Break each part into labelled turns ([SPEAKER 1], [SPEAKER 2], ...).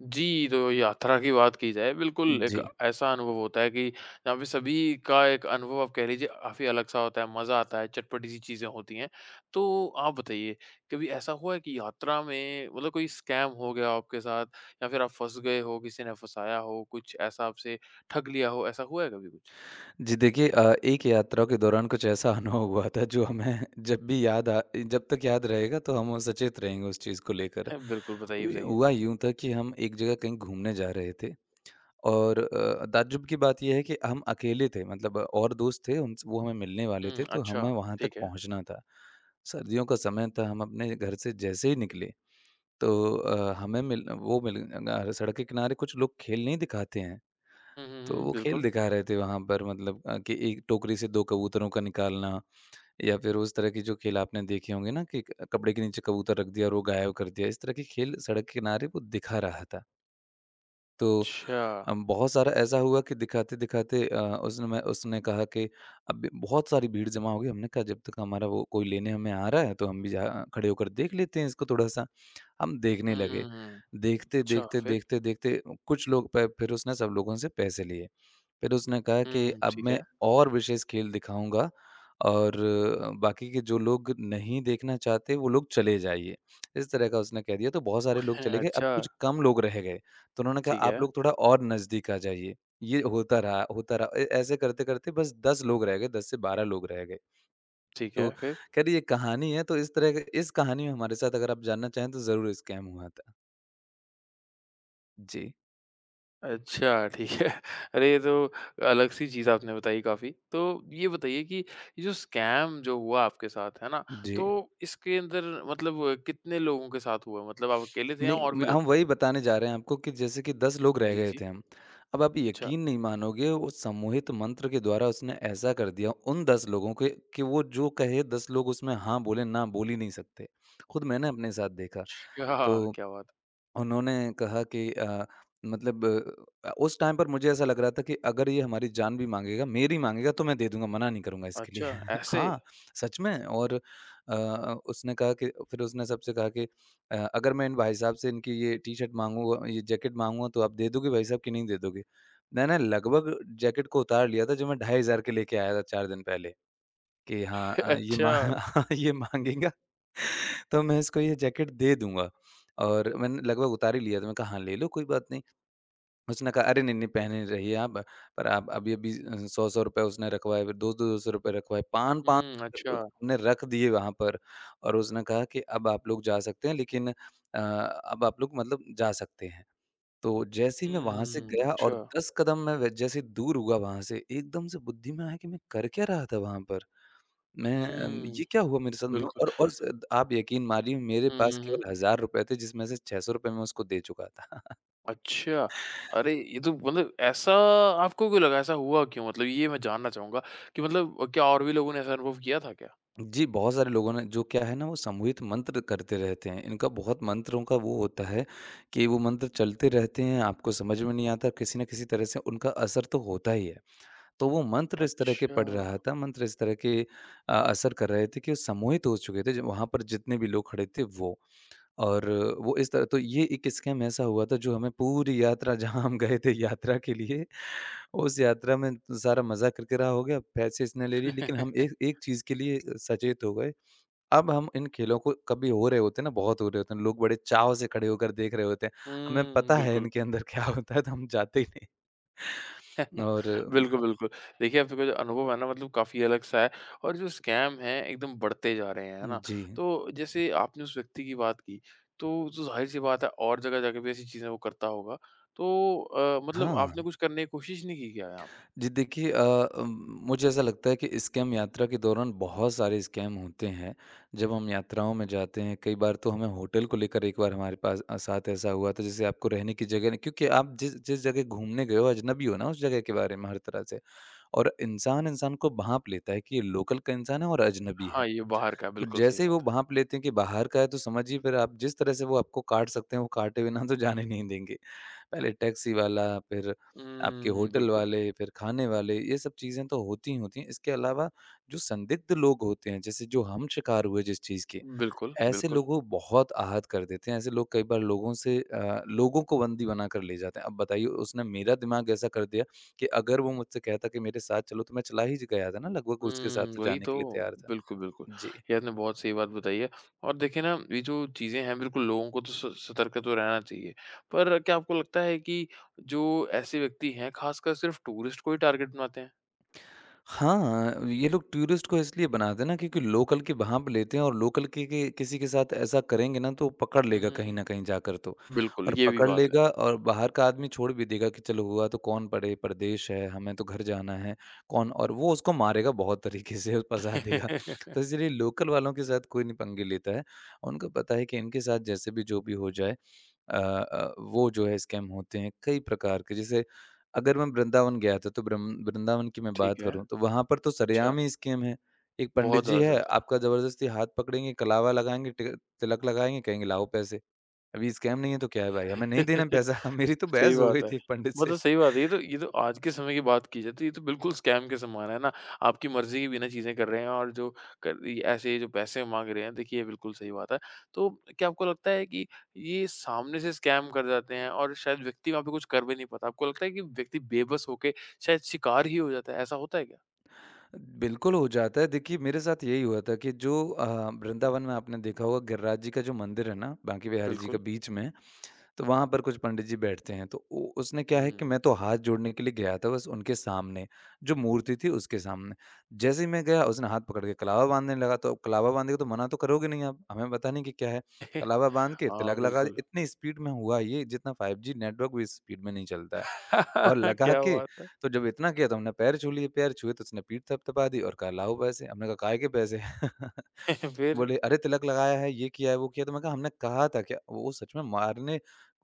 [SPEAKER 1] जी, तो यात्रा की बात की जाए बिल्कुल एक
[SPEAKER 2] जी।
[SPEAKER 1] ऐसा अनुभव होता है कि यहाँ पे सभी का एक अनुभव आप कह लीजिए काफ़ी अलग-सा होता है, मज़ा आता है, चटपटी सी चीज़ें होती हैं। तो आप बताइए कभी ऐसा हुआ है कि यात्रा में मतलब कोई स्कैम हो गया हो आपके साथ या फिर आप फँस गए हो, किसी ने फँसाया हो, कुछ ऐसा आपसे ठग लिया हो, ऐसा हुआ है कभी कुछ?
[SPEAKER 2] जी, देखिए एक यात्रा के दौरान कुछ ऐसा अनुभव हुआ था जो हमें जब तक याद रहेगा तो हम सचेत रहेंगे उस चीज़ को लेकर।
[SPEAKER 1] है, बिल्कुल, बताइए,
[SPEAKER 2] हुए
[SPEAKER 1] बताइए।
[SPEAKER 2] हुआ यूँ था कि हम एक जगह कहीं घूमने जा रहे थे और ताज्जुब की बात ये है कि हम अकेले थे मतलब और दोस्त थे उनस वो हमें मिलने वाले
[SPEAKER 1] हुँ,
[SPEAKER 2] थे तो
[SPEAKER 1] अच्छा,
[SPEAKER 2] हमें वहाँ तक
[SPEAKER 1] ठीक है।
[SPEAKER 2] पहुँचना था। सर्दियों का समय था हम अपने घर से जैसे ही निकले तो अ, हमें मिल वो मिल अ, सड़क के किनारे कुछ लोग खेल नहीं दिखाते हैं।
[SPEAKER 1] हुँ, हुँ,
[SPEAKER 2] तो
[SPEAKER 1] हुँ,
[SPEAKER 2] वो खेल
[SPEAKER 1] बिल्कुल।
[SPEAKER 2] दिखा रहे थे वहाँ पर मतलब कि एक टोकरी से 2 कबूतरों का निकालना या फिर उस तरह के जो खेल आपने देखे होंगे ना कि क कपड़े के नीचे कबूतर रख दिया और वो गायब कर दिया। इस तरह के खेल सड़क किनारे वो दिखा रहा था। तो
[SPEAKER 1] अच्छा।
[SPEAKER 2] बहुत सारा ऐसा हुआ कि दिखाते-दिखाते उसने कहा कि अब भी बहुत सारी भीड़ जमा हो गई। हमने कहा जब तक हमारा वो कोई लेने हमें आ रहा है तो हम भी जा खड़े होकर देख लेते हैं इसको थोड़ा-सा। हम देखने लगे।
[SPEAKER 1] हुँ,
[SPEAKER 2] देखते,
[SPEAKER 1] अच्छा
[SPEAKER 2] देखते,
[SPEAKER 1] फिर?
[SPEAKER 2] देखते, देखते कुछ लोग प फिर उसने सब लोगों से पैसे लिए। फिर उसने कहा कि
[SPEAKER 1] हुँ,
[SPEAKER 2] अब
[SPEAKER 1] ठीक
[SPEAKER 2] मैं
[SPEAKER 1] है।
[SPEAKER 2] और विशेष खेल दिखाऊँगा और बाकी के जो लोग नहीं देखना चाहते वो लोग चले जाइए। इस तरह का उसने कह दिया तो बहुत सारे लोग चले गए, अब
[SPEAKER 1] अच्छा,
[SPEAKER 2] कुछ कम लोग रह गए। तो उन्होंने कहा
[SPEAKER 1] ठीक
[SPEAKER 2] आप
[SPEAKER 1] है।
[SPEAKER 2] लोग थोड़ा और नज़दीक आ जाइए। ये होता रहा, होता रहा। ए ऐसे करते-करते बस 10 लोग रह गए, 10 से 12 लोग रह गए।
[SPEAKER 1] ठीक
[SPEAKER 2] तो
[SPEAKER 1] है, फिर?
[SPEAKER 2] खैर ये कहानी है तो इस तरह का- इस कहानी में हमारे साथ अगर आप जानना चाहें तो ज़रूर स्कैम हुआ था। जी,
[SPEAKER 1] अच्छा, ठीक है। अरे, ये तो अलग सी चीज़ आपने बताई काफ़ी। तो ये बताइए कि ये जो स्कैम जो हुआ आपके साथ, है ना?
[SPEAKER 2] जी।
[SPEAKER 1] तो इसके अंदर मतलब कितने लोगों के साथ हुआ? मतलब आप अकेले थे या
[SPEAKER 2] नहीं,
[SPEAKER 1] और भी
[SPEAKER 2] म
[SPEAKER 1] लोग
[SPEAKER 2] हम
[SPEAKER 1] थे?
[SPEAKER 2] वही बताने जा रहे हैं आपको कि जैसे कि 10 लोग रह
[SPEAKER 1] जी,
[SPEAKER 2] गए
[SPEAKER 1] जी।
[SPEAKER 2] थे हम। अब आप
[SPEAKER 1] अच्छा,
[SPEAKER 2] यकीन नहीं मानोगे वो समूहित मंत्र के द्वारा उसने ऐसा कर दिया उन 10 लोगों के कि वो जो कहे 10 लोग उसमें हाँ बोले, ना बोल ही नहीं सकते। खुद मैंने अपने साथ देखा।
[SPEAKER 1] अच्छा,
[SPEAKER 2] तो
[SPEAKER 1] क्या बात!
[SPEAKER 2] उन्होंने कहा कि मतलब उस टाइम पर मुझे ऐसा लग रहा था कि अगर ये हमारी जान भी माँगेगा, मेरी माँगेगा तो मैं दे दूँगा, मना नहीं करूँगा इसके लिए।
[SPEAKER 1] अच्छा, ऐसे?
[SPEAKER 2] हाँ, सच में और अ, उसने कहा कि फिर उसने सबसे कहा कि अगर मैं इन भाई साहब से इनकी ये टी-शर्ट माँगूँगा, ये जैकेट माँगूँगा तो आप दे दोगे भाई साहब कि नहीं दे दोगे? मैंने लगभग जैकेट को उतार लिया था जो मैं 2500 के लेके आया था 4 दिन पहले कि हाँ ये मा
[SPEAKER 1] अच्छा।
[SPEAKER 2] ये माँगेगा तो मैं इसको ये जैकेट दे दूँगा और मैंने लगभग उतार ही लिया था, मैंने कहा, "हाँ, ले लो, कोई बात नहीं।" उसने कहा, "अरे! नहीं, नहीं, पहने रहिए आप, पर आप अभी-अभी 100-100 रुपए उसने रखवाए, फिर 2-200 रुपए रखवाए, 5-5
[SPEAKER 1] हुँ, अच्छा।
[SPEAKER 2] हमने रख दिए वहाँ पर और उसने कहा कि, "अब आप लोग जा सकते हैं, लेकिन अब आप लोग मतलब जा सकते हैं।" तो जैसे ही मैं वहाँ से
[SPEAKER 1] हुँ,
[SPEAKER 2] गया
[SPEAKER 1] अच्छा।
[SPEAKER 2] और 10 कदम मैं व जैसे ही दूर हुआ वहाँ से, एकदम से बुद्धि में आया कि मैं कर क्या रहा था वहाँ पर? मैं
[SPEAKER 1] हुँ,
[SPEAKER 2] ये क्या हुआ मेरे साथ में
[SPEAKER 1] बिल्कुल।
[SPEAKER 2] और स आप यकीन मानिए मेरे
[SPEAKER 1] हुँ,
[SPEAKER 2] पास
[SPEAKER 1] हुँ,
[SPEAKER 2] केवल
[SPEAKER 1] हुँ।
[SPEAKER 2] ₹1000 थे जिसमें से ₹600 मैं उसको दे चुका था।
[SPEAKER 1] अच्छा, अरे! ये तो मतलब ऐसा आपको क्यों लगा? ऐसा हुआ क्यों? मतलब ये मैं जानना चाहूँगा कि मतलब क्या और भी लोगों ने ऐसा अनुभव किया था क्या?
[SPEAKER 2] जी, बहुत सारे लोगों ने जो क्या है ना वो सामूहिक मंत्र करते रहते हैं। इनका बहुत मंत्रों का वो होता है कि वो मंत्र चलते रहते हैं, आपको समझ में नहीं आता किसी न किसी तरह से उनका असर तो होता ही है। तो वो मंत्र इस तरह के
[SPEAKER 1] अच्छा।
[SPEAKER 2] पढ़ रहा था, मंत्र इस तरह के असर कर रहे थे कि वो सम्मोहित हो चुके थे ज वहाँ पर जितने भी लोग खड़े थे वो। और वो इस तरह तो ये एक स्कैम ऐसा हुआ था जो हमें पूरी यात्रा जहाँ हम गए थे यात्रा के लिए, उस यात्रा में सारा मज़ा किरकिरा हो गया, पैसे इसने ले लिए लेकिन हम एक एक चीज़ के लिए सचेत हो गए। अब हम इन खेलों को कभी हो रहे होते हैं ना, बहुत हो रहे होते हैं, लोग बड़े चाव से खड़े होकर देख रहे होते हैं। हमें
[SPEAKER 1] हुँ,
[SPEAKER 2] पता है
[SPEAKER 1] बिल्कुल।
[SPEAKER 2] इनके अंदर क्या होता है तो हम जाते ही नहीं। और
[SPEAKER 1] बिल्कुल, बिल्कुल। देखिए, आपका जो अनुभव है ना मतलब काफ़ी अलग-सा है और जो स्कैम हैं एकदम बढ़ते जा रहे हैं, है ना?
[SPEAKER 2] जी।
[SPEAKER 1] तो जैसे आपने उस व्यक्ति की बात की, तो ज़ाहिर-सी बात है और जगह जाके भी ऐसी चीज़ें वो करता होगा। तो मतलब आपने
[SPEAKER 2] हाँ।
[SPEAKER 1] कुछ करने की कोशिश नहीं की क्या यहाँ पे?
[SPEAKER 2] जी देखिए मुझे ऐसा लगता है कि स्कैम यात्रा के दौरान बहुत सारे स्कैम होते हैं जब हम यात्राओं में जाते हैं कई बार तो हमें होटल को लेकर एक बार हमारे पास साथ ऐसा हुआ था जैसे आपको रहने की जगह नहीं क्योंकि आप जिस जिस जगह घूमने गए हो अजनबी हो ना उस जगह के बारे में हर तरह से और इंसान इंसान को भांप लेता है कि ये लोकल का इंसान है और अजनबी है
[SPEAKER 1] हाँ, ये बाहर का है,
[SPEAKER 2] तो
[SPEAKER 1] बिल्कुल सही
[SPEAKER 2] जैसे ही वो
[SPEAKER 1] बात है।
[SPEAKER 2] भांप लेते हैं कि बाहर का है तो समझिए फिर आप जिस तरह से वो आपको काट सकते हैं वो काटे बिना तो जाने नहीं देंगे पहले टैक्सी वाला, फिर आपके
[SPEAKER 1] हुँ,
[SPEAKER 2] होटल
[SPEAKER 1] बिल्कुल।
[SPEAKER 2] वाले, फिर खाने वाले, ये सब चीज़ें तो होती ही होती हैं। इसके अलावा जो संदिग्ध लोग होते हैं, जैसे जो हम शिकार हुए जिस चीज़ के,
[SPEAKER 1] बिल्कुल,
[SPEAKER 2] ऐसे
[SPEAKER 1] बिल्कुल।
[SPEAKER 2] लोग वो बहुत आहत कर देते हैं। ऐसे लोग कई बार लोगों से लोगों को बंदी बना कर ले जाते हैं। अब बताइए उसने मेरा दिमाग ऐसा कर दिया कि अगर वो मुझसे कहता कि मेरे साथ चलो, तो मैं चला ही ज गया था ना लगभग उसके साथ
[SPEAKER 1] हुँ,
[SPEAKER 2] तो
[SPEAKER 1] वही
[SPEAKER 2] जाने
[SPEAKER 1] तो।
[SPEAKER 2] के लिए तैयार था।
[SPEAKER 1] बिल्कुल, बिल्कुल।
[SPEAKER 2] जी।
[SPEAKER 1] ये आपने बहुत सही बात बताई है और देखिए ना ये जो चीज़ें हैं बिल्कुल लोगों को तो स सतर्क तो रहना चाहिए। पर क्या आपको लगता है कि जो ऐसे व्यक्ति हैं खासकर सिर्फ़ टूरिस्ट को ही टारगेट बनाते हैं?
[SPEAKER 2] हाँ, ये लोग टूरिस्ट को इसलिए बनाते हैं ना क्योंकि लोकल के वहाँ पे लेते हैं और लोकल के, किसी के साथ ऐसा करेंगे ना तो पकड़
[SPEAKER 1] हुँ,
[SPEAKER 2] लेगा
[SPEAKER 1] हुँ,
[SPEAKER 2] कहीं
[SPEAKER 1] हुँ।
[SPEAKER 2] न कहीं जाकर तो।
[SPEAKER 1] बिल्कुल,
[SPEAKER 2] और
[SPEAKER 1] ये भी
[SPEAKER 2] पकड़
[SPEAKER 1] बात है।
[SPEAKER 2] लेगा और बाहर का आदमी छोड़ भी देगा कि चलो हुआ तो कौन पड़े, परदेश है, हमें तो घर जाना है, कौन और वो उसको मारेगा बहुत तरीके से फँसा देगा। तो इसलिए लोकल वालों के साथ कोई नहीं पंगे लेता है। उनको पता है कि इनके साथ जैसे भी जो भी हो जाए वो जो है स्कैम होते हैं कई प्रकार के। जैसे अगर मैं वृंदावन गया था, तो ब्रम वृंदावन की मैं
[SPEAKER 1] ठीक
[SPEAKER 2] बात
[SPEAKER 1] है।
[SPEAKER 2] करूँ, तो वहाँ पर तो
[SPEAKER 1] अच्छा,
[SPEAKER 2] सरेआम ही स्कैम है। एक पंडित
[SPEAKER 1] बहुत
[SPEAKER 2] जी
[SPEAKER 1] ज़्यादा
[SPEAKER 2] है,
[SPEAKER 1] चलता है।
[SPEAKER 2] आपका ज़बरदस्ती हाथ पकड़ेंगे, कलावा लगाएँगे, टिक तिलक लगाएँगे, कहेंगे, "लाओ पैसे।" अभी स्कैम नहीं है तो क्या है भाई? हमें नहीं देना पैसा। मेरी तो
[SPEAKER 1] सही
[SPEAKER 2] बहस हो गई
[SPEAKER 1] बात है।
[SPEAKER 2] थी एक पंडित से।
[SPEAKER 1] मतलब सही बात है। ये तो आज के समय की बात की जाए तो ये तो बिल्कुल स्कैम के समान है ना। आपकी मर्ज़ी के बिना चीज़ें कर रहे हैं और जो कर ये ऐसे जो पैसे माँग रहे हैं देखिए ये बिल्कुल सही बात है। तो क्या आपको लगता है कि ये सामने से स्कैम कर जाते हैं और शायद व्यक्ति वहाँ पे कुछ कर भी नहीं पाता? आपको लगता है कि व्यक्ति बेबस होके शायद शिकार ही हो जाता है, ऐसा होता है क्या?
[SPEAKER 2] बिल्कुल हो जाता है। देखिए, मेरे साथ यही हुआ था कि जो वृंदावन में आपने देखा होगा गिरिराज जी का जो मंदिर है ना, बांके बिहारी जी का
[SPEAKER 1] बिल्कुल।
[SPEAKER 2] बीच में तो वहाँ पर कुछ पंडित जी बैठते हैं, तो उ उसने क्या है कि मैं
[SPEAKER 1] हुँ।
[SPEAKER 2] तो हाथ जोड़ने के लिए गया था बस उनके सामने, जो मूर्ति थी उसके सामने। जैसे ही मैं गया उसने हाथ पकड़ के कलावा बाँधने लगा, तो अब कलावा बाँधेगा तो मना तो करोगे नहीं आप, हमें पता नहीं कि क्या है। कलावा बाँध के
[SPEAKER 1] हाँ,
[SPEAKER 2] तिलक लगा
[SPEAKER 1] बिल्कुल।
[SPEAKER 2] इतनी स्पीड में हुआ ये जितना 5G नेटवर्क भी इस स्पीड में नहीं चलता है। और लगा
[SPEAKER 1] क्या
[SPEAKER 2] के
[SPEAKER 1] बात है!
[SPEAKER 2] तो जब इतना किया तो हमने पैर छू लिए, पैर छुए तो उसने पीठ थपथपा दी और कहा, "लाओ पैसे।" हमने कहा, "काहे के पैसे?"
[SPEAKER 1] फिर?
[SPEAKER 2] बोले, "अरे तिलक लगाया है, ये किया है, वो किया है।" तो मैं कहा, "हमने कहा था क्या?" वो सच में मारने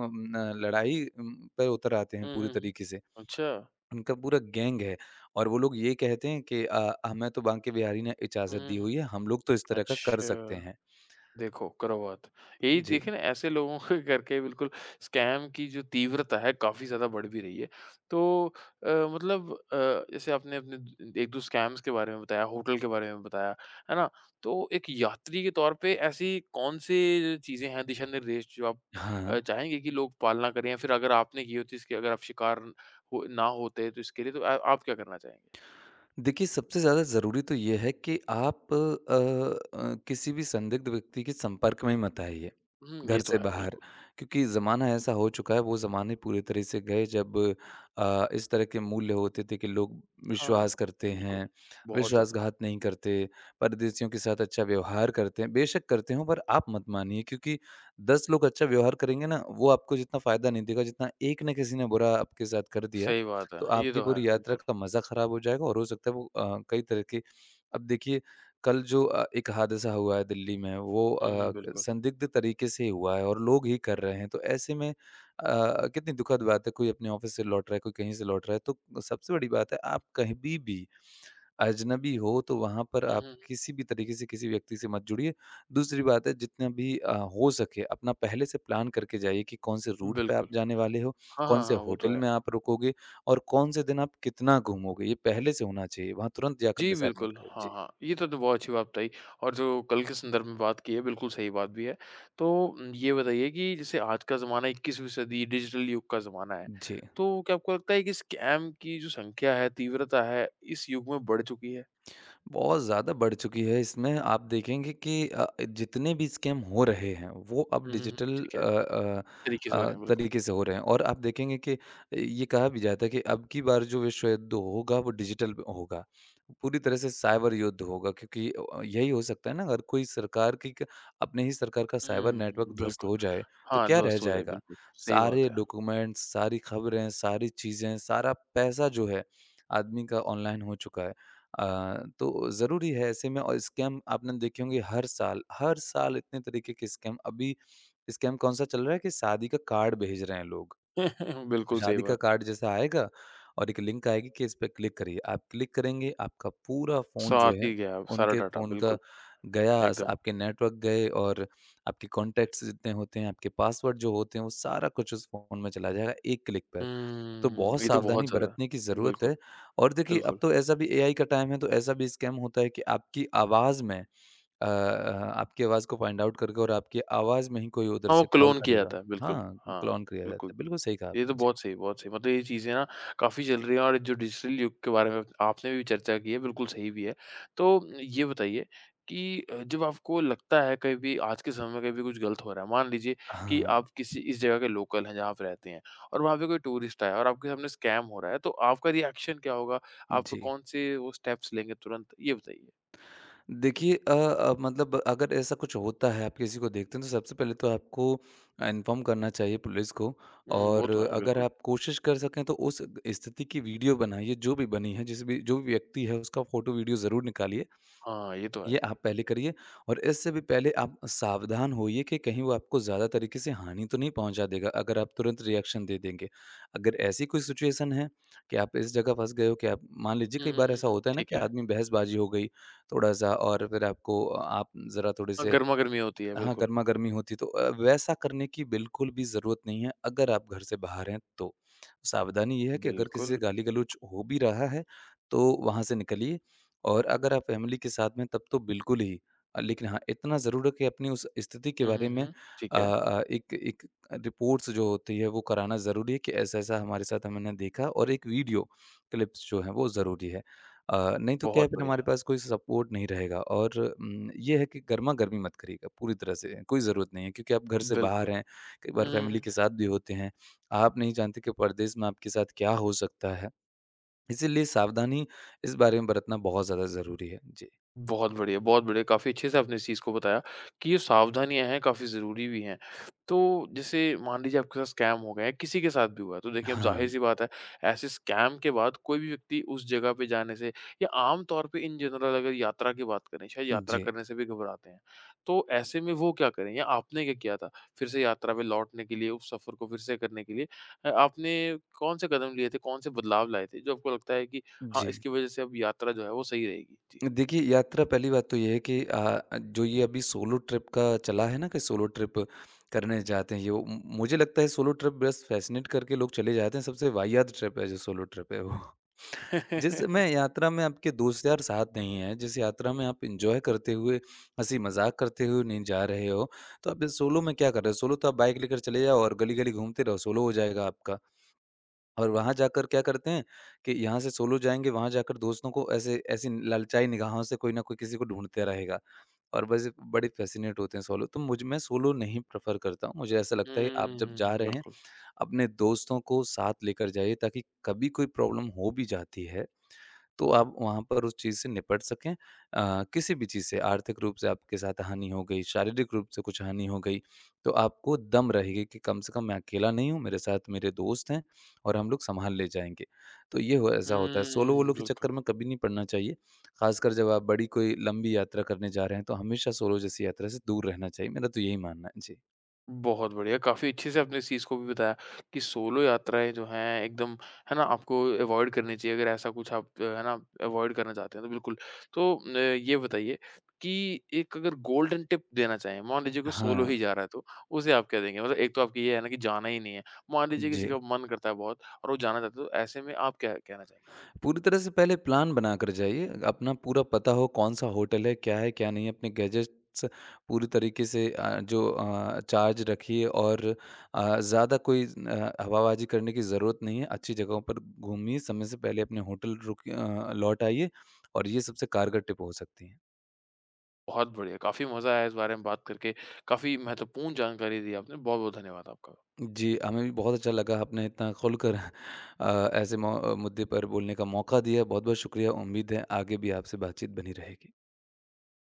[SPEAKER 2] लड़ाई पे उतर आते हैं
[SPEAKER 1] हुँ,
[SPEAKER 2] पूरी
[SPEAKER 1] हुँ, हुँ।
[SPEAKER 2] तरीके से।
[SPEAKER 1] अच्छा।
[SPEAKER 2] उनका पूरा गैंग है और वो लोग ये कहते हैं कि हमें तो बांके बिहारी ने
[SPEAKER 1] हुँ,
[SPEAKER 2] इजाज़त दी
[SPEAKER 1] हुँ, हुँ।
[SPEAKER 2] हुई है, हम लोग तो इस तरह का कर सकते
[SPEAKER 1] अच्छा।
[SPEAKER 2] हैं।
[SPEAKER 1] देखो, करो बात। यही
[SPEAKER 2] जी।
[SPEAKER 1] देखिए ना ऐसे लोगों के करके बिल्कुल स्कैम की जो तीव्रता है काफ़ी ज़्यादा बढ़ भी रही है। तो मतलब जैसे आपने अपने द 1-2 स्कैम्स के बारे में बताया, होटल के बारे में बताया, है ना? तो एक यात्री के तौर पे ऐसी कौन-सी चीज़ें हैं, दिशा-निर्देश जो आप
[SPEAKER 2] हाँ। हाँ।
[SPEAKER 1] चाहेंगे कि लोग पालना करें या फिर अगर आपने की होती इसकी अगर आप शिकार हो ना होते तो इसके लिए तो आप क्या करना चाहेंगे?
[SPEAKER 2] देखिए, सबसे ज़्यादा ज़रूरी तो ये है कि आप किसी भी संदिग्ध व्यक्ति के संपर्क में ही मत आइए,
[SPEAKER 1] हुँ, ये
[SPEAKER 2] घर
[SPEAKER 1] तो
[SPEAKER 2] से
[SPEAKER 1] है
[SPEAKER 2] बाहर।
[SPEAKER 1] बिल्कुल।
[SPEAKER 2] क्योंकि ज़माना ऐसा हो चुका है, वो ज़माने पूरे तरह से गए जब इस तरह के मूल्य होते थे कि लोग विश्वास
[SPEAKER 1] हाँ,
[SPEAKER 2] करते
[SPEAKER 1] बिल्कुल।
[SPEAKER 2] हैं,
[SPEAKER 1] बहुत ज़्यादा।
[SPEAKER 2] विश्वासघात नहीं करते, परदेशियों के साथ अच्छा व्यवहार करते हैं। बेशक करते हों, पर आप मत मानिए क्योंकि 10 लोग अच्छा व्यवहार करेंगे ना, वो आपको जितना फ़ायदा नहीं देगा, जितना एक ने किसी ने बुरा आपके साथ कर दिया,
[SPEAKER 1] सही बात है।
[SPEAKER 2] तो
[SPEAKER 1] ये
[SPEAKER 2] आपकी
[SPEAKER 1] तो है,
[SPEAKER 2] पूरी यात्रा
[SPEAKER 1] बिल्कुल।
[SPEAKER 2] का मज़ा ख़राब हो जाएगा और हो सकता है वो कई तरह के अब देखिए कल जो एक हादसा हुआ है दिल्ली में वो
[SPEAKER 1] हुँ, हुँ, बिल्कुल।
[SPEAKER 2] संदिग्ध तरीके से हुआ है और लोग ही कर रहे हैं तो ऐसे में कितनी दुखद बात है कोई अपने ऑफिस से लौट रहा है कोई कहीं से लौट रहा है तो सबसे बड़ी बात है आप कहीं भी अजनबी हो तो वहाँ पर
[SPEAKER 1] हुँ,
[SPEAKER 2] आप
[SPEAKER 1] हुँ,
[SPEAKER 2] किसी भी तरीके से किसी व्यक्ति से मत जुड़िए। दूसरी बात है जितना भी हो सके अपना पहले से प्लान करके जाइए कि कौन से रूट पे
[SPEAKER 1] बिल्कुल।
[SPEAKER 2] आप जाने वाले हो,
[SPEAKER 1] हाँ,
[SPEAKER 2] कौन
[SPEAKER 1] हाँ,
[SPEAKER 2] से
[SPEAKER 1] हाँ, वो तो
[SPEAKER 2] होटल
[SPEAKER 1] है।
[SPEAKER 2] में आप रुकोगे और कौन से दिन आप कितना घूमोगे, ये पहले से होना चाहिए। वहाँ तुरंत जाकर
[SPEAKER 1] जी,
[SPEAKER 2] डिसाइड मत
[SPEAKER 1] बिल्कुल।
[SPEAKER 2] करें।
[SPEAKER 1] हाँ,
[SPEAKER 2] जी।
[SPEAKER 1] हाँ, ये तो बहुत अच्छी बात बताई और जो कल के संदर्भ में बात की है, बिल्कुल सही बात भी है। तो ये बताइए कि जैसे आज का ज़माना 21वीं सदी डिजिटल युग का ज़माना है,
[SPEAKER 2] जी।
[SPEAKER 1] तो क्या आपको लगता है कि स्कैम की जो संख्या है, तीव्रता है, इस युग में बढ़ चुकी है?
[SPEAKER 2] बहुत ज़्यादा बढ़ चुकी है इसमें आप देखेंगे कि जितने भी स्कैम हो रहे हैं वो अब
[SPEAKER 1] हुँ, हुँ, हुँ,
[SPEAKER 2] डिजिटल
[SPEAKER 1] ठीक है। तरीके से हो रहे हैं, बिल्कुल।
[SPEAKER 2] तरीके से हो रहे हैं और आप देखेंगे कि ये कहा भी जाता है कि अब की बार जो विश्व युद्ध होगा वो डिजिटल होगा, पूरी तरह से साइबर युद्ध होगा, क्योंकि यही हो सकता है ना। अगर कोई सरकार की क- अपने ही सरकार का साइबर नेटवर्क
[SPEAKER 1] हुँ,
[SPEAKER 2] ध्वस्त
[SPEAKER 1] बिल्कुल।
[SPEAKER 2] हो जाए तो
[SPEAKER 1] हाँ,
[SPEAKER 2] क्या रह
[SPEAKER 1] ध्वस्त हो जाए,
[SPEAKER 2] जाएगा।
[SPEAKER 1] बिल्कुल, सही बात
[SPEAKER 2] सारे
[SPEAKER 1] है।
[SPEAKER 2] डॉक्यूमेंट्स, सारी खबरें, सारी चीज़ें, सारा पैसा जो है आदमी का ऑनलाइन हो चुका है। तो ज़रूरी है ऐसे में। और स्कैम आपने देखे होंगे हर साल इतने तरीके के स्कैम। अभी स्कैम कौन-सा चल रहा है कि शादी का कार्ड भेज रहे हैं लोग।
[SPEAKER 1] बिल्कुल सही
[SPEAKER 2] शादी का
[SPEAKER 1] बात।
[SPEAKER 2] कार्ड जैसा आएगा और एक लिंक आएगी कि इस पे क्लिक करिए। आप क्लिक करेंगे, आपका पूरा फ़ोन
[SPEAKER 1] साथ
[SPEAKER 2] जो है
[SPEAKER 1] ही गया सारा
[SPEAKER 2] उनके
[SPEAKER 1] डाटा,
[SPEAKER 2] फ़ोन का
[SPEAKER 1] बिल्कुल,
[SPEAKER 2] गया,
[SPEAKER 1] एकदम।
[SPEAKER 2] आपके नेटवर्क गए और आपके कॉन्टैक्ट्स जितने होते हैं, आपके पासवर्ड जो होते हैं, वो सारा कुछ उस फ़ोन में चला जाएगा एक क्लिक पे। तो
[SPEAKER 1] हुँ,
[SPEAKER 2] बहुत
[SPEAKER 1] ये तो
[SPEAKER 2] सावधानी
[SPEAKER 1] बहुत ज़्यादा
[SPEAKER 2] बरतने की ज़रूरत
[SPEAKER 1] बिल्कुल,
[SPEAKER 2] है। और देखिए, अब
[SPEAKER 1] बिल्कुल।
[SPEAKER 2] तो ऐसा भी एआई का टाइम है तो ऐसा भी स्कैम होता है कि आपकी आवाज़ को फाइंड आउट करके और आपकी आवाज़ में ही कोई उधर
[SPEAKER 1] हाँ, वो
[SPEAKER 2] से कॉल
[SPEAKER 1] क्लोन किया
[SPEAKER 2] करेगा।
[SPEAKER 1] जाता है, बिल्कुल।
[SPEAKER 2] हाँ,
[SPEAKER 1] हाँ,
[SPEAKER 2] क्लोन किया जाता
[SPEAKER 1] बिल्कुल।
[SPEAKER 2] है। बिल्कुल सही कहा
[SPEAKER 1] ये
[SPEAKER 2] आपने।
[SPEAKER 1] तो
[SPEAKER 2] जी।
[SPEAKER 1] बहुत सही, बहुत सही। मतलब ये चीज़ें ना काफ़ी चल रही हैं और जो डिजिटल युग के बारे में आपने भी चर्चा की है, बिल्कुल सही भी है। तो ये बताइए कि जब आपको लगता है कहीं भी आज के समय में कहीं भी कुछ गलत हो रहा है, मान लीजिए कि
[SPEAKER 2] हाँ,
[SPEAKER 1] आप किसी इस जगह के लोकल हैं जहाँ आप रहते हैं और वहाँ पे कोई टूरिस्ट आया और आपके सामने स्कैम हो रहा है, तो आपका रिएक्शन क्या होगा? आप
[SPEAKER 2] जी।
[SPEAKER 1] कौन से वो स्टेप्स लेंगे तुरंत? ये बताइए।
[SPEAKER 2] देखिए, मतलब अगर ऐसा कुछ होता है, आप किसी को देखते हैं तो सबसे पहले तो आपको इन्फॉर्म करना चाहिए पुलिस को,
[SPEAKER 1] हुँ, वो
[SPEAKER 2] और
[SPEAKER 1] तो है,
[SPEAKER 2] अगर
[SPEAKER 1] बिल्कुल।
[SPEAKER 2] आप कोशिश कर सकें तो उस स्थिति की वीडियो बनाइए, जो भी बनी है, जिस भी जो भी व्यक्ति है उसका फ़ोटो वीडियो ज़रूर निकालिए।
[SPEAKER 1] हाँ, ये तो है।
[SPEAKER 2] ये आप पहले करिए, और इससे भी पहले आप सावधान होइए कि कहीं वो आपको ज़्यादा तरीके से हानि तो नहीं पहुंचा देगा अगर आप तुरंत रिएक्शन दे देंगे। अगर ऐसी कोई सिचुएशन है कि आप इस जगह फँस गए हो, कि आप, मान लीजिए
[SPEAKER 1] हुँ,
[SPEAKER 2] कई
[SPEAKER 1] हुँ,
[SPEAKER 2] बार
[SPEAKER 1] हुँ,
[SPEAKER 2] ऐसा
[SPEAKER 1] हुँ।
[SPEAKER 2] होता है ना
[SPEAKER 1] ठीक
[SPEAKER 2] कि
[SPEAKER 1] है।
[SPEAKER 2] आदमी बहसबाजी हो गई थोड़ा-सा और फिर आपको आप ज़रा थोड़े
[SPEAKER 1] हाँ,
[SPEAKER 2] से,
[SPEAKER 1] गरमा-गरमी होती है,
[SPEAKER 2] हाँ,
[SPEAKER 1] बिल्कुल।
[SPEAKER 2] गरमा-गर्मी होती, तो वैसा करने की बिल्कुल भी ज़रूरत नहीं है, अगर आप घर से बाहर हैं तो। सावधानी ये है कि अगर किसी
[SPEAKER 1] बिल्कुल।
[SPEAKER 2] से गाली-गलौच हो भी रहा है, तो वहाँ से निकलिए, और अगर आप फ़ैमिली के साथ में तब तो बिल्कुल ही। लेकिन हाँ, इतना ज़रूर है कि अपनी उस स्थिति के
[SPEAKER 1] हुँ,
[SPEAKER 2] बारे
[SPEAKER 1] हुँ,
[SPEAKER 2] में
[SPEAKER 1] हुँ। ठीक है,
[SPEAKER 2] एक एक रिपोर्ट्स जो होती है वो कराना ज़रूरी है कि ऐसा-ऐसा हमारे साथ हमने देखा, और एक वीडियो क्लिप्स जो है वो ज़रूरी है। नहीं तो क्या है,
[SPEAKER 1] बहुत
[SPEAKER 2] फिर हमारे
[SPEAKER 1] बढ़िया,
[SPEAKER 2] पास कोई सपोर्ट नहीं रहेगा। और ये है कि गर्मा-गर्मी मत करिएगा पूरी तरह से, कोई ज़रूरत नहीं है क्योंकि आप घर से बाहर
[SPEAKER 1] बिल्कुल।
[SPEAKER 2] हैं, कई
[SPEAKER 1] हुँ,
[SPEAKER 2] बार
[SPEAKER 1] हुँ,
[SPEAKER 2] फैमिली
[SPEAKER 1] हुँ।
[SPEAKER 2] के साथ भी होते हैं। आप नहीं जानते कि परदेश में आपके साथ क्या हो सकता है, इसीलिए सावधानी इस बारे में बरतना बहुत ज़्यादा ज़रूरी है। जी।
[SPEAKER 1] बहुत बढ़िया, बहुत बढ़िया। काफ़ी अच्छे से आपने इस चीज़ को बताया कि ये सावधानियाँ हैं, काफ़ी ज़रूरी भी हैं। तो जैसे मान लीजिए आपके साथ स्कैम हो गया है, किसी के साथ भी हुआ है, तो देखिए अब
[SPEAKER 2] हाँ।
[SPEAKER 1] ज़ाहिर-सी बात है, ऐसे स्कैम के बाद कोई भी व्यक्ति उस जगह पे जाने से या आम तौर पे इन जनरल अगर यात्रा की बात करें, शायद यात्रा
[SPEAKER 2] जी।
[SPEAKER 1] करने से भी घबराते हैं। तो ऐसे में वो क्या करें या आपने क्या किया था? फिर से यात्रा पे लौटने के लिए, उस सफ़र को फिर से करने के लिए आपने कौन से कदम लिए थे, कौन से बदलाव लाए थे, जो आपको लगता है कि हाँ,
[SPEAKER 2] जी।
[SPEAKER 1] इसकी वज़ह से अब यात्रा जो है वो सही रहेगी? जी।
[SPEAKER 2] देखिए, यात्रा। पहली बात तो ये है कि जो ये अभी सोलो ट्रिप का चला है ना कि सोलो ट्रिप करने जाते हैं, ये वो, म मुझे लगता है सोलो ट्रिप बस फ़ैसिनेट करके लोग चले जाते हैं, सबसे वाहियात ट्रिप है जो सोलो ट्रिप है वो। जिसमें
[SPEAKER 1] हुँ,
[SPEAKER 2] यात्रा में आपके दोस्त यार साथ नहीं है, जिस यात्रा में आप एन्जॉय करते हुए, हँसी-मज़ाक करते हुए नहीं जा रहे हो, तो आप सोलो में क्या कर रहे हो? सोलो तो आप बाइक लेकर चले जाओ और गली-गली घूमते रहो, सोलो हो जाएगा आपका। और वहाँ जाकर क्या करते हैं कि यहाँ से सोलो जाएँगे, वहाँ जाकर दोस्तों को ऐसे ऐसी ललचाई निगाहों से कोई ना कोई किसी को ढूँढते रहेगा, और बस ये बड़े फ़ैसिनेट होते हैं सोलो। तो मुझ मैं सोलो नहीं प्रेफ़र करता हूँ। मुझे ऐसा लगता है आप जब जा रहे हैं,
[SPEAKER 1] बिल्कुल।
[SPEAKER 2] अपने दोस्तों को साथ लेकर जाइए ताकि कभी कोई प्रॉब्लम हो भी जाती है, तो आप वहाँ पर उस चीज़ से निपट सकें। किसी भी चीज़ से आर्थिक रूप से आपके साथ हानि हो गई, शारीरिक रूप से कुछ हानि हो गई, तो आपको दम रहेगी कि कम से कम मैं अकेला नहीं हूँ, मेरे साथ मेरे दोस्त हैं और हम लोग सँभाल ले जाएँगे। तो ये हो ऐसा होता है,
[SPEAKER 1] हुँ,
[SPEAKER 2] सोलो-वोलो के
[SPEAKER 1] बिल्कुल।
[SPEAKER 2] चक्कर में कभी नहीं पड़ना चाहिए। ख़ासकर जब आप बड़ी कोई लंबी यात्रा करने जा रहे हैं, तो हमेशा सोलो जैसी यात्रा से दूर रहना चाहिए। मेरा तो यही मानना है। जी।
[SPEAKER 1] बहुत बढ़िया, काफ़ी अच्छे से आपने इस चीज़ को भी बताया कि सोलो यात्राएँ जो हैं एकदम है ना, आपको अवॉइड करनी चाहिए अगर ऐसा कुछ आप है ना, अवॉइड करना चाहते हैं तो बिल्कुल। तो ये बताइए कि एक अगर गोल्डन टिप देना चाहें, मान लीजिए कोई सोलो
[SPEAKER 2] हाँ।
[SPEAKER 1] ही जा रहा है तो, उसे आप क्या देंगे? मतलब एक तो आपकी ये है ना कि जाना ही नहीं है, मान लीजिए किसी
[SPEAKER 2] जी।
[SPEAKER 1] का मन करता है बहुत और वो जाना चाहता है, तो ऐसे में आप क्या कहना चाहेंगे?
[SPEAKER 2] पूरी तरह से पहले प्लान बनाकर जाइए। अपना पूरा पता हो कौन-सा होटल है, क्या नहीं है। अपने गैजेट्स पूरी तरीके से चार्ज रखिए, और ज़्यादा कोई हवाबाजी करने की ज़रूरत नहीं है। अच्छी जगहों पर घूमिए, समय से पहले अपने होटल लौट आइए, और ये सबसे कारगर टिप हो सकती है।
[SPEAKER 1] बहुत बढ़िया, काफ़ी मज़ा आया इस बारे में बात करके, काफ़ी महत्वपूर्ण जानकारी दी आपने, बहुत-बहुत धन्यवाद आपका।
[SPEAKER 2] जी, हमें भी बहुत अच्छा लगा आपने इतना खुलकर ऐसे मौ मुद्दे पर बोलने का मौका दिया। बहुत-बहुत शुक्रिया। उम्मीद है आगे भी आपसे बातचीत बनी रहेगी।